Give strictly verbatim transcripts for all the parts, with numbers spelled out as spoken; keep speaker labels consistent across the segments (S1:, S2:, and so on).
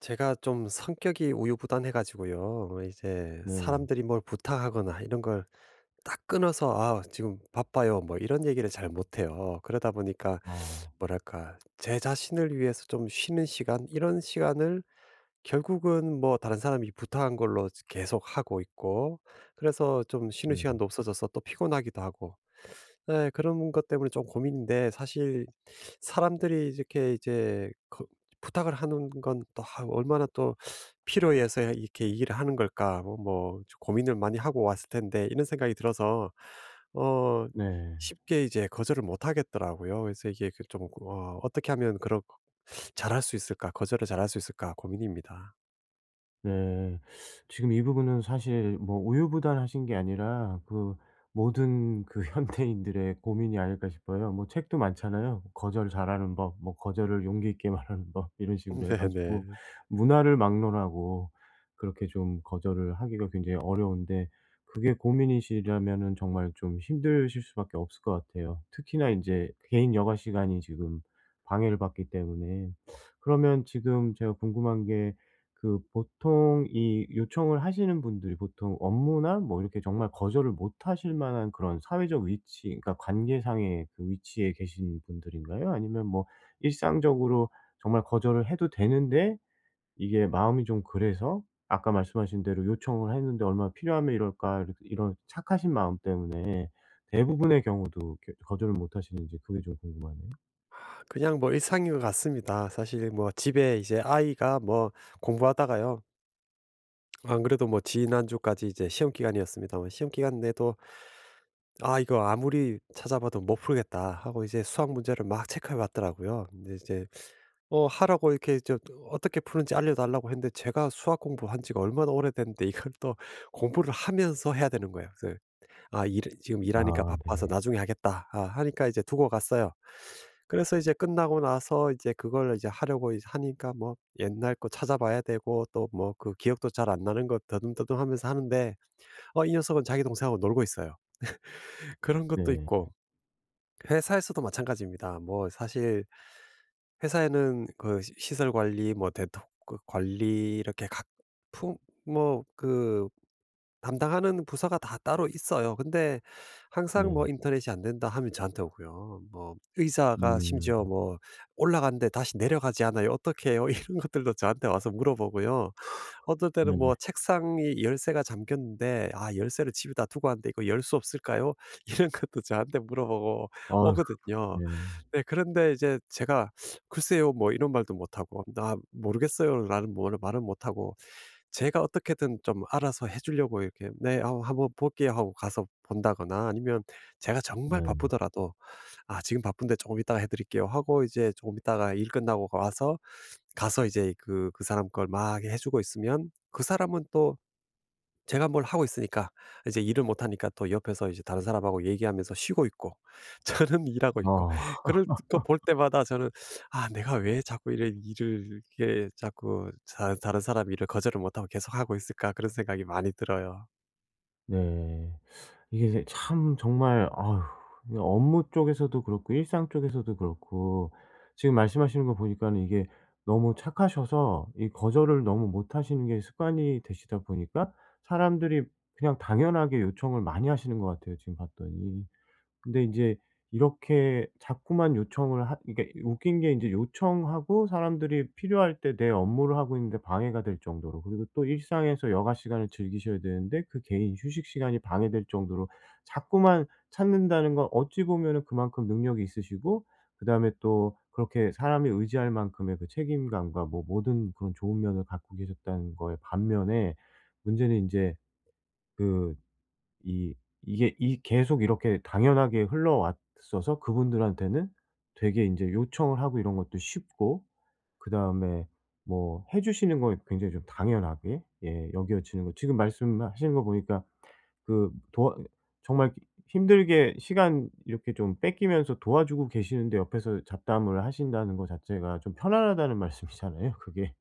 S1: 제가 좀 성격이 우유부단해 가지고요. 이제
S2: 네.
S1: 사람들이 뭘 부탁하거나 이런 걸 딱 끊어서 "아 지금 바빠요." 뭐 이런 얘기를 잘 못 해요. 그러다 보니까
S2: 아.
S1: 뭐랄까 제 자신을 위해서 좀 쉬는 시간 이런 시간을 결국은 뭐 다른 사람이 부탁한 걸로 계속 하고 있고, 그래서 좀 쉬는
S2: 네.
S1: 시간도 없어져서 또 피곤하기도 하고. 네. 그런 것 때문에 좀 고민인데, 사실 사람들이 이렇게 이제 거- 부탁을 하는 건 또 아 얼마나 또 필요해서 이렇게 이 일을 하는 걸까? 뭐 뭐 고민을 많이 하고 왔을 텐데 이런 생각이 들어서 어
S2: 네.
S1: 쉽게 이제 거절을 못 하겠더라고요. 그래서 이게 그 좀 어 '어떻게 하면 그런 잘할 수 있을까? 거절을 잘할 수 있을까?' 고민입니다.
S2: 네. 지금 이 부분은 사실 뭐 우유부단하신 게 아니라 그 모든 그 현대인들의 고민이 아닐까 싶어요. 뭐 책도 많잖아요. 거절 잘하는 법, 뭐 거절을 용기 있게 말하는 법 이런 식으로 해 가지고
S1: 네네.
S2: 문화를 막론하고 그렇게 좀 거절을 하기가 굉장히 어려운데, 그게 고민이시라면은 정말 좀 힘드실 수밖에 없을 것 같아요. 특히나 이제 개인 여가 시간이 지금 방해를 받기 때문에. 그러면 지금 제가 궁금한 게, 그 보통 이 요청을 하시는 분들이 보통 업무나 뭐 이렇게 정말 거절을 못 하실 만한 그런 사회적 위치, 그러니까 관계상의 그 위치에 계신 분들인가요? 아니면 뭐 일상적으로 정말 거절을 해도 되는데 이게 마음이 좀 그래서, 아까 말씀하신 대로 '요청을 했는데 얼마나 필요하면 이럴까.' 이렇 이런 착하신 마음 때문에 대부분의 경우도 겨- 거절을 못 하시는지, 그게 좀 궁금하네요.
S1: 그냥 뭐 일상인 것 같습니다. 사실 뭐 집에 이제 아이가 뭐 공부하다가요. 안 그래도 뭐 지난주까지 이제 시험 기간이었습니다만, 시험 기간 내도 '아 이거 아무리 찾아봐도 못 풀겠다.' 하고 이제 수학 문제를 막 체크해 봤더라고요. 근데 이제 어 하라고 이렇게 저 어떻게 푸는지 알려 달라고 했는데, 제가 수학 공부한 지가 얼마나 오래됐는데 이걸 또 공부를 하면서 해야 되는 거예요. 아 일 지금 일하니까
S2: 아
S1: 바빠서
S2: 네.
S1: 나중에 하겠다 아 하니까 이제 두고 갔어요. 그래서 이제 끝나고 나서 이제 그걸 이제 하려고 이제 하니까 뭐 옛날 거 찾아봐야 되고, 또 뭐 그 기억도 잘 안 나는 거 더듬더듬하면서 하는데 어 이 녀석은 자기 동생하고 놀고 있어요. 그런 것도
S2: 네.
S1: 있고 회사에서도 마찬가지입니다. 뭐 사실 회사에는 그 시 시설 관리 뭐 대독 그 관리 이렇게 각 품 뭐 그 담당하는 부서가 다 따로 있어요. 근데 항상
S2: 네.
S1: 뭐 "인터넷이 안 된다." 하면 저한테 오고요. 뭐 의사가
S2: 음.
S1: 심지어 뭐 "올라갔는데 다시 내려가지 않아요. 어떻게 해요? 이런 것들도 저한테 와서 물어보고요. 어떨 때는
S2: 네네.
S1: 뭐 책상이 열쇠가 잠겼는데 '아 열쇠를 집에다 두고 왔는데 이거 열 수 없을까요?' 이런 것도 저한테 물어보고
S2: 아유.
S1: 오거든요.
S2: 네.
S1: 네. 그런데 이제 제가 "글쎄요." 뭐 이런 말도 못하고, "나 모르겠어요."라는 뭐 말은 못하고, 제가 어떻게든 좀 알아서 해 주려고 이렇게 "네. 어 한번 볼게요." 하고 가서 본다거나, 아니면 제가 정말
S2: 네.
S1: 바쁘더라도 "아 지금 바쁜데 조금 이따가 해 드릴게요." 하고 이제 조금 있다가 일 끝나고 와서 가서 이제 그 그 사람 걸 막 해 주고 있으면, 그 사람은 또 제가 뭘 하고 있으니까 이제 일을 못 하니까 또 옆에서 이제 다른 사람하고 얘기하면서 쉬고 있고, 저는 일하고 있고.
S2: 아
S1: 그럴 거 볼 때마다 저는 '아 내가 왜 자꾸 이런 일을 이렇게 자꾸 자 다른 사람 일을 거절을 못 하고 계속 하고 있을까?' 그런 생각이 많이 들어요.
S2: 네. 이게 이제 참 정말, 아이 업무 쪽에서도 그렇고 일상 쪽에서도 그렇고 지금 말씀하시는 거 보니까는, 이게 너무 착하셔서 이 거절을 너무 못 하시는 게 습관이 되시다 보니까 사람들이 그냥 당연하게 요청을 많이 하시는 것 같아요, 지금 봤더니. 근데 이제 이렇게 자꾸만 요청을 하 이게 웃긴 게, 인제 요청하고 사람들이 필요할 때 내 업무를 하고 있는데 방해가 될 정도로, 그리고 또 일상에서 여가 시간을 즐기셔야 되는데 그 개인 휴식 시간이 방해될 정도로 자꾸만 찾는다는 건, 어찌 보면은 그만큼 능력이 있으시고, 그다음에 또 그렇게 사람이 의지할 만큼의 그 책임감과 뭐 모든 그런 좋은 면을 갖고 계셨다는 거에 반면에, 문제는 인제 그 이 이게 이 계속 이렇게 당연하게 흘러왔어서 그분들한테는 되게 인제 요청을 하고 이런 것도 쉽고, 그다음에 뭐 해 주시는 거 굉장히 좀 당연하게, 예, 여겨지는 거 지금 말씀하시는 거 보니까, 그 도와 정말 힘들게 시간 이렇게 좀 뺏기면서 도와주고 계시는데 옆에서 잡담을 하신다는 거 자체가 좀 편안하다는 말씀이잖아요, 그게.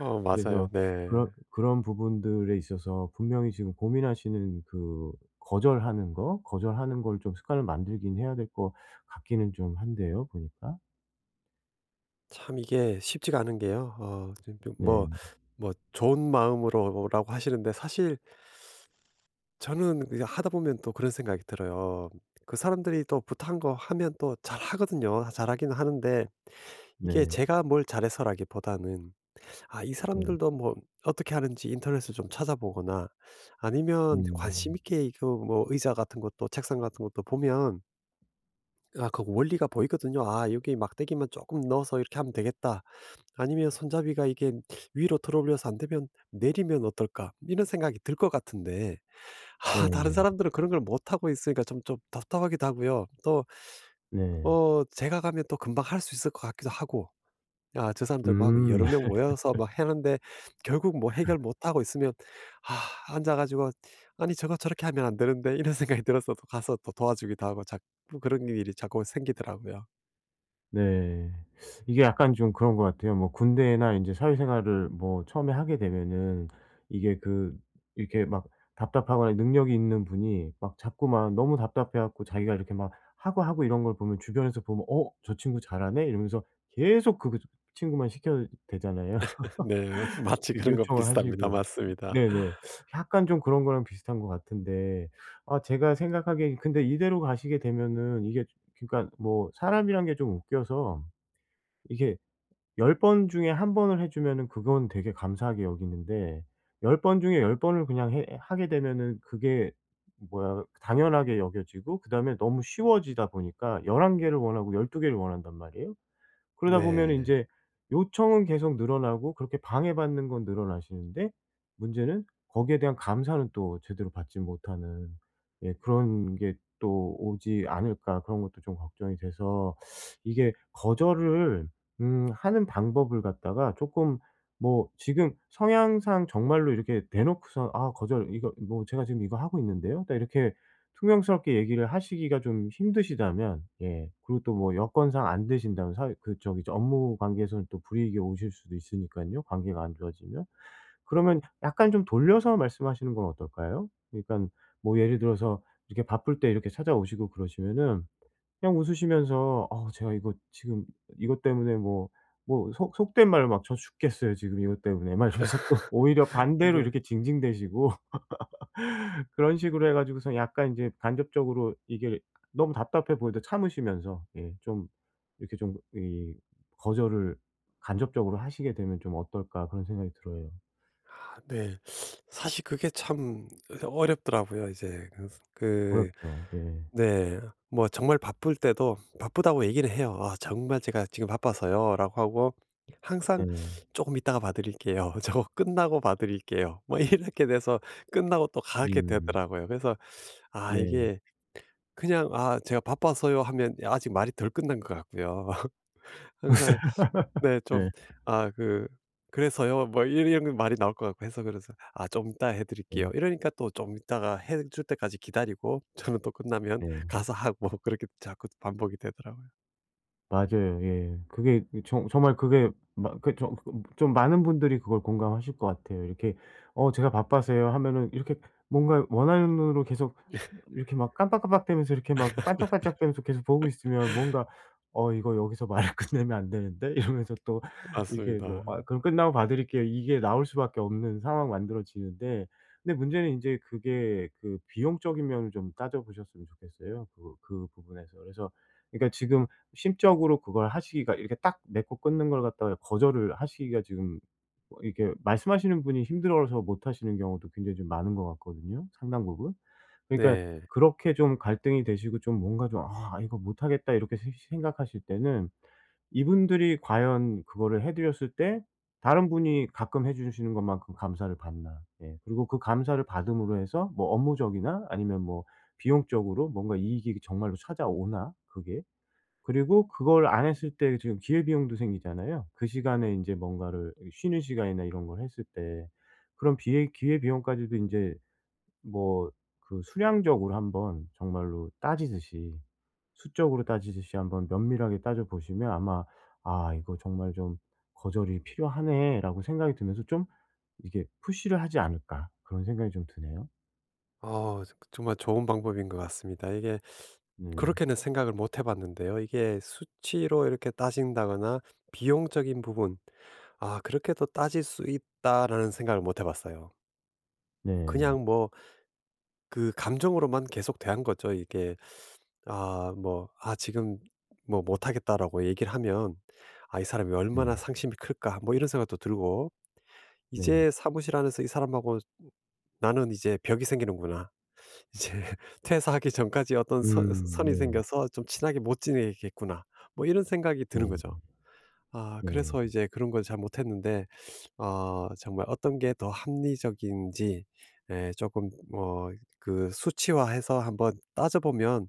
S1: 어 맞아요.
S2: 그래서
S1: 네.
S2: 그런 그런 부분들에 있어서 분명히 지금 고민하시는 그 거절하는 거, 거절하는 걸 좀 습관을 만들긴 해야 될 것 같기는 좀 한데요, 보니까.
S1: 참 이게 쉽지가 않은 게요. 어 좀 뭐
S2: 네.
S1: 뭐 좋은 마음으로라고 하시는데, 사실 저는 그냥 하다 보면 또 그런 생각이 들어요. 그 사람들이 또 부탁한 거 하면 또 잘하거든요. 잘하긴 하는데 이게
S2: 네.
S1: 제가 뭘 잘해서라기보다는 아, 이
S2: 네.
S1: 사람들도 뭐 어떻게 하는지 인터넷을 좀 찾아보거나 아니면 관심
S2: 음.
S1: 있게 이거 뭐 의자 같은 것도 책상 같은 것도 보면 아, 그 원리가 보이거든요. 아, 여기 막대기만 조금 넣어서 이렇게 하면 되겠다. 아니면 손잡이가 이게 위로 들어올려서 안 되면 '내리면 어떨까?' 이런 생각이 들 것 같은데, 아
S2: 네네.
S1: 다른
S2: 네.
S1: 사람들은 그런 걸 못하고 있으니까 좀 좀 답답하기도 하고요. 또
S2: 네,
S1: 어 제가 가면 또 금방 할 수 있을 것 같기도 하고, 아 저 사람들 막
S2: 음.
S1: 여러 명 모여서 막 하는데 결국 뭐 해결 못하고 있으면 '아 앉아 가지고 아니 저거 저렇게 하면 안 되는데.' 이런 생각이 들어서 또 가서 또 도와주기도 하고, 자꾸 그런 일이 자꾸 생기더라고요.
S2: 네. 이게 약간 좀 그런 것 같아요. 뭐 군대나 인제 사회생활을 뭐 처음에 하게 되면은, 이게 그 이렇게 막 답답하거나 능력이 있는 분이 막 자꾸 막 너무 답답해 갖고 자기가 이렇게 막 하고, 하고 이런 걸 보면, 주변에서 보면 '어, 저 친구 잘하네.' 이러면서 계속 그 그 친구만 시켜야 되잖아요.
S1: 네. 마치
S2: 그
S1: 그런 것
S2: 요청을
S1: 비슷합니다.
S2: 하시고.
S1: 맞습니다.
S2: 네네. 약간 좀 그런 거랑 비슷한 것 같은데, 아 제가 생각하기에 근데 이대로 가시게 되면은, 이게 그러니까 뭐 사람이란 게 좀 웃겨서, 이게 열 번 중에 한 번을 해 주면은 그건 되게 감사하게 여기는데, 열 번 중에 열 번을 그냥 해 하게 되면은 그게 뭐야, 당연하게 여겨지고, 그다음에 너무 쉬워지다 보니까 열한 개를 원하고 열두 개를 원한단 말이에요. 그러다 보면 이
S1: 네.
S2: 제 요청은 계속 늘어나고 그렇게 방해받는 건 늘어나시는데, 문제는 거기에 대한 감사는 또 제대로 받지 못하는, 예, 그런 게 또 오지 않을까, 그런 것도 좀 걱정이 돼서. 이게 거절을 음 하는 방법을 갖다가 조금, 뭐 지금 성향상 정말로 이렇게 대놓고선 "아 거절, 이거 뭐 제가 지금 이거 하고 있는데요." 딱 이렇게 퉁명스럽게 얘기를 하시기가 좀 힘드시다면, 예, 그리고 또 뭐 여건상 안 되신다면, 사회 그 저기 저 업무 관계에서는 또 불이익이 오실 수도 있으니까요, 관계가 안 좋아지면. 그러면 약간 좀 돌려서 말씀하시는 건 어떨까요? 그러니까 뭐 예를 들어서, 이렇게 바쁠 때 이렇게 찾아오시고 그러시면은, 그냥 웃으시면서 "어, 제가 이거 지금 이것 때문에 뭐 뭐 속 속된 말로 막, 저 죽겠어요 지금 이것 때문에." 막 이러면서 또 오히려 반대로
S1: 네.
S2: 이렇게 징징대시고 그런 식으로 해 가지고서, 약간 이제 간접적으로, 이게 너무 답답해 보이도 참으시면서, 예, 좀 이렇게 좀 이, '거절을 간접적으로 하시게 되면 좀 어떨까.' 그런 생각이 들어요.
S1: 네. 사실 그게 참 어렵더라고요. 이제 그래서 그
S2: 어렵죠. 예.
S1: 네. 뭐 정말 바쁠 때도 바쁘다고 얘기는 해요. "아 정말 제가 지금 바빠서요."라고 하고 항상
S2: 예.
S1: "조금 이따가 봐 드릴게요." "저거 끝나고 봐 드릴게요." 뭐 이렇게 돼서 끝나고 또 가게
S2: 음.
S1: 되더라고요. 그래서 아
S2: 네.
S1: 이게 그냥 "아 제가 바빠서요." 하면 아직 말이 덜 끝난 것 같고요. 항상 네. 좀
S2: 네.
S1: 아 그 "그래서요." 뭐 이런 이런 말이 나올 것 같고 해서, 그래서 "아 좀 이따 해
S2: 네.
S1: 드릴게요." 이러니까 또 좀 이따가 해줄 때까지 기다리고, 저는 또 끝나면
S2: 네.
S1: 가서 하고 그렇게 자꾸 반복이 되더라고요.
S2: 맞아요. 예. 그게 정 정말 그게 마 그 좀 좀 많은 분들이 그걸 공감하실 것 같아요. 이렇게 "어 제가 바빠서요." 하면은, 이렇게 뭔가 원하는 눈으로 계속 이렇게 막 깜빡깜빡대면서, 이렇게 막 반짝반짝대면서 계속 보고 있으면, 뭔가 '어, 이거 여기서 말을 끝내면 안 되는데?' 이러면서 또 이렇게, 뭐
S1: 맞습니다.
S2: "아, 그럼 끝나고 봐 드릴게요." 이게 나올 수밖에 없는 상황 만들어지는데, 근데 문제는 인제 그게, 그 비용적인 면을 좀 따져 보셨으면 좋겠어요, 그 그 부분에서. 그래서, 그러니까 지금 심적으로 그걸 하시기가, 이렇게 딱 맺고 끊는 걸 갖다가 거절을 하시기가 지금, 이 이게 말씀하시는 분이 힘들어서 못 하시는 경우도 굉장히 좀 많은 것 같거든요, 상당 부분. 그러니까
S1: 네.
S2: 그렇게 좀 갈등이 되시고 좀 뭔가 좀 '아 이거 못 하겠다.' 이렇게 세 생각하실 때는, 이분들이 과연 그거를 해 드렸을 때 다른 분이 가끔 해 주시는 것만큼 감사를 받나. 예. 그리고 그 감사를 받음으로 해서 뭐 업무적이나 아니면 뭐 비용적으로 뭔가 이익이 정말로 찾아오나, 그게. 그리고 그걸 안 했을 때 지금 기회비용도 생기잖아요. 그 시간에 인제 뭔가를 쉬는 시간이나 이런 걸 했을 때, 그런 비회 기회비용까지도 인제, 뭐 그 수량적으로 한번 정말로 따지듯이, 수적으로 따지듯이 한번 면밀하게 따져 보시면 아마 '아 이거 정말 좀 거절이 필요하네.'라고 생각이 들면서, 좀 이게 '푸시를 하지 않을까.' 그런 생각이 좀 드네요.
S1: 어 정말 좋은 방법인 것 같습니다. 이게
S2: 네.
S1: 그렇게는 생각을 못 해 봤는데요. 이게 수치로 이렇게 따진다거나 비용적인 부분, '아 그렇게도 따질 수 있다.'라는 생각을 못 해 봤어요.
S2: 네.
S1: 그냥 뭐 그 감정으로만 계속 대한 거죠. 이게 아 뭐 '아 지금 뭐 못하겠다.'라고 얘기를 하면 '아 이 사람이 얼마나
S2: 네.
S1: 상심이 클까.' 뭐 이런 생각도 들고,
S2: 네.
S1: 이제 사무실 안에서 이 사람하고 나는 이제 벽이 생기는구나. 이제 퇴사하기 전까지 어떤 선
S2: 음.
S1: 선이
S2: 네.
S1: 생겨서 좀 친하게 못 지내겠구나. 뭐 이런 생각이 드는 거죠.
S2: 네.
S1: 아
S2: 네.
S1: 그래서 이제 그런 걸 잘 못했는데 어 정말 어떤 게 더 합리적인지, 예 조금 어 그 수치화해서 한번 따져보면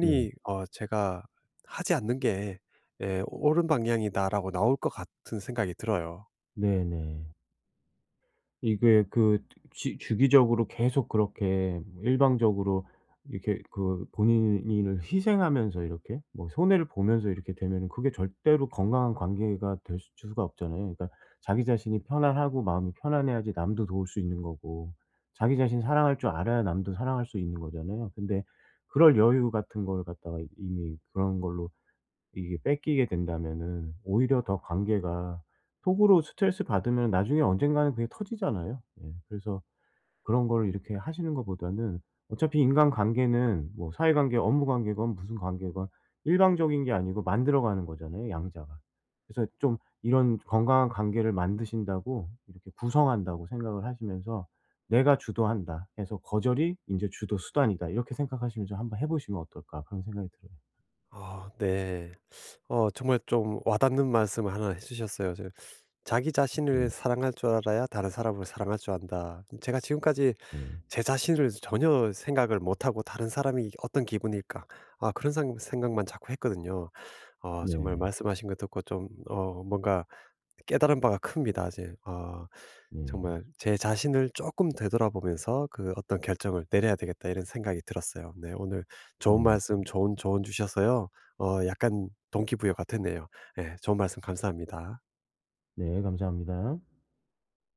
S2: 네.
S1: 어 제가 하지 않는 게, 예 '옳은 방향이다.'라고 나올 것 같은 생각이 들어요.
S2: 네네. 이게 그 주 주기적으로 계속 그렇게 뭐 일방적으로 이렇게 그 본인을 희생하면서 이렇게 뭐 손해를 보면서 이렇게 되면은, 그게 절대로 건강한 관계가 될 수- 수가 없잖아요. 그러니까 자기 자신이 편안하고 마음이 편안해야지 남도 도울 수 있는 거고, 자기 자신 사랑할 줄 알아야 남도 사랑할 수 있는 거잖아요. 근데 그럴 여유 같은 걸 갖다가 이미 그런 걸로 이게 뺏기게 된다면은, 오히려 더 관계가 속으로 스트레스 받으면 나중에 언젠가는 그게 터지잖아요. 예. 그래서 그런 거를 이렇게 하시는 것보다는, 어차피 인간관계는, 뭐 사회관계, 업무관계건 무슨 관계건 일방적인 게 아니고 만들어가는 거잖아요, 양자가. 그래서 좀 이런 건강한 관계를 만드신다고, 이렇게 구성한다고 생각을 하시면서, '내가 주도한다.' 해서 '거절이 인제 주도 수단이다.' 이렇게 생각하시면서 한번 해 보시면 어떨까, 그런 생각이 들어요.
S1: 어, 네. 어 정말 좀 와닿는 말씀을 하나 해 주셨어요. 저 "자기
S2: 네.
S1: 자신을 사랑할 줄 알아야 다른 사람을 사랑할 줄 안다." 제가 지금까지
S2: 네.
S1: 제 자신을 전혀 생각을 못 하고 '다른 사람이 어떤 기분일까?' 아 그런 상 생각만 자꾸 했거든요. 어 정말
S2: 네.
S1: 말씀하신 거 듣고 좀 어 뭔가 깨달은 바가 큽니다. 이제 아
S2: 네.
S1: 정말 제 자신을 조금 되돌아보면서 그 '어떤 결정을 내려야 되겠다.' 이런 생각이 들었어요. 네 오늘 좋은
S2: 네.
S1: 말씀 좋은 조언 주셔서요. 어 약간 동기부여가 되네요. 네 좋은 말씀 감사합니다.
S2: 네. 감사합니다.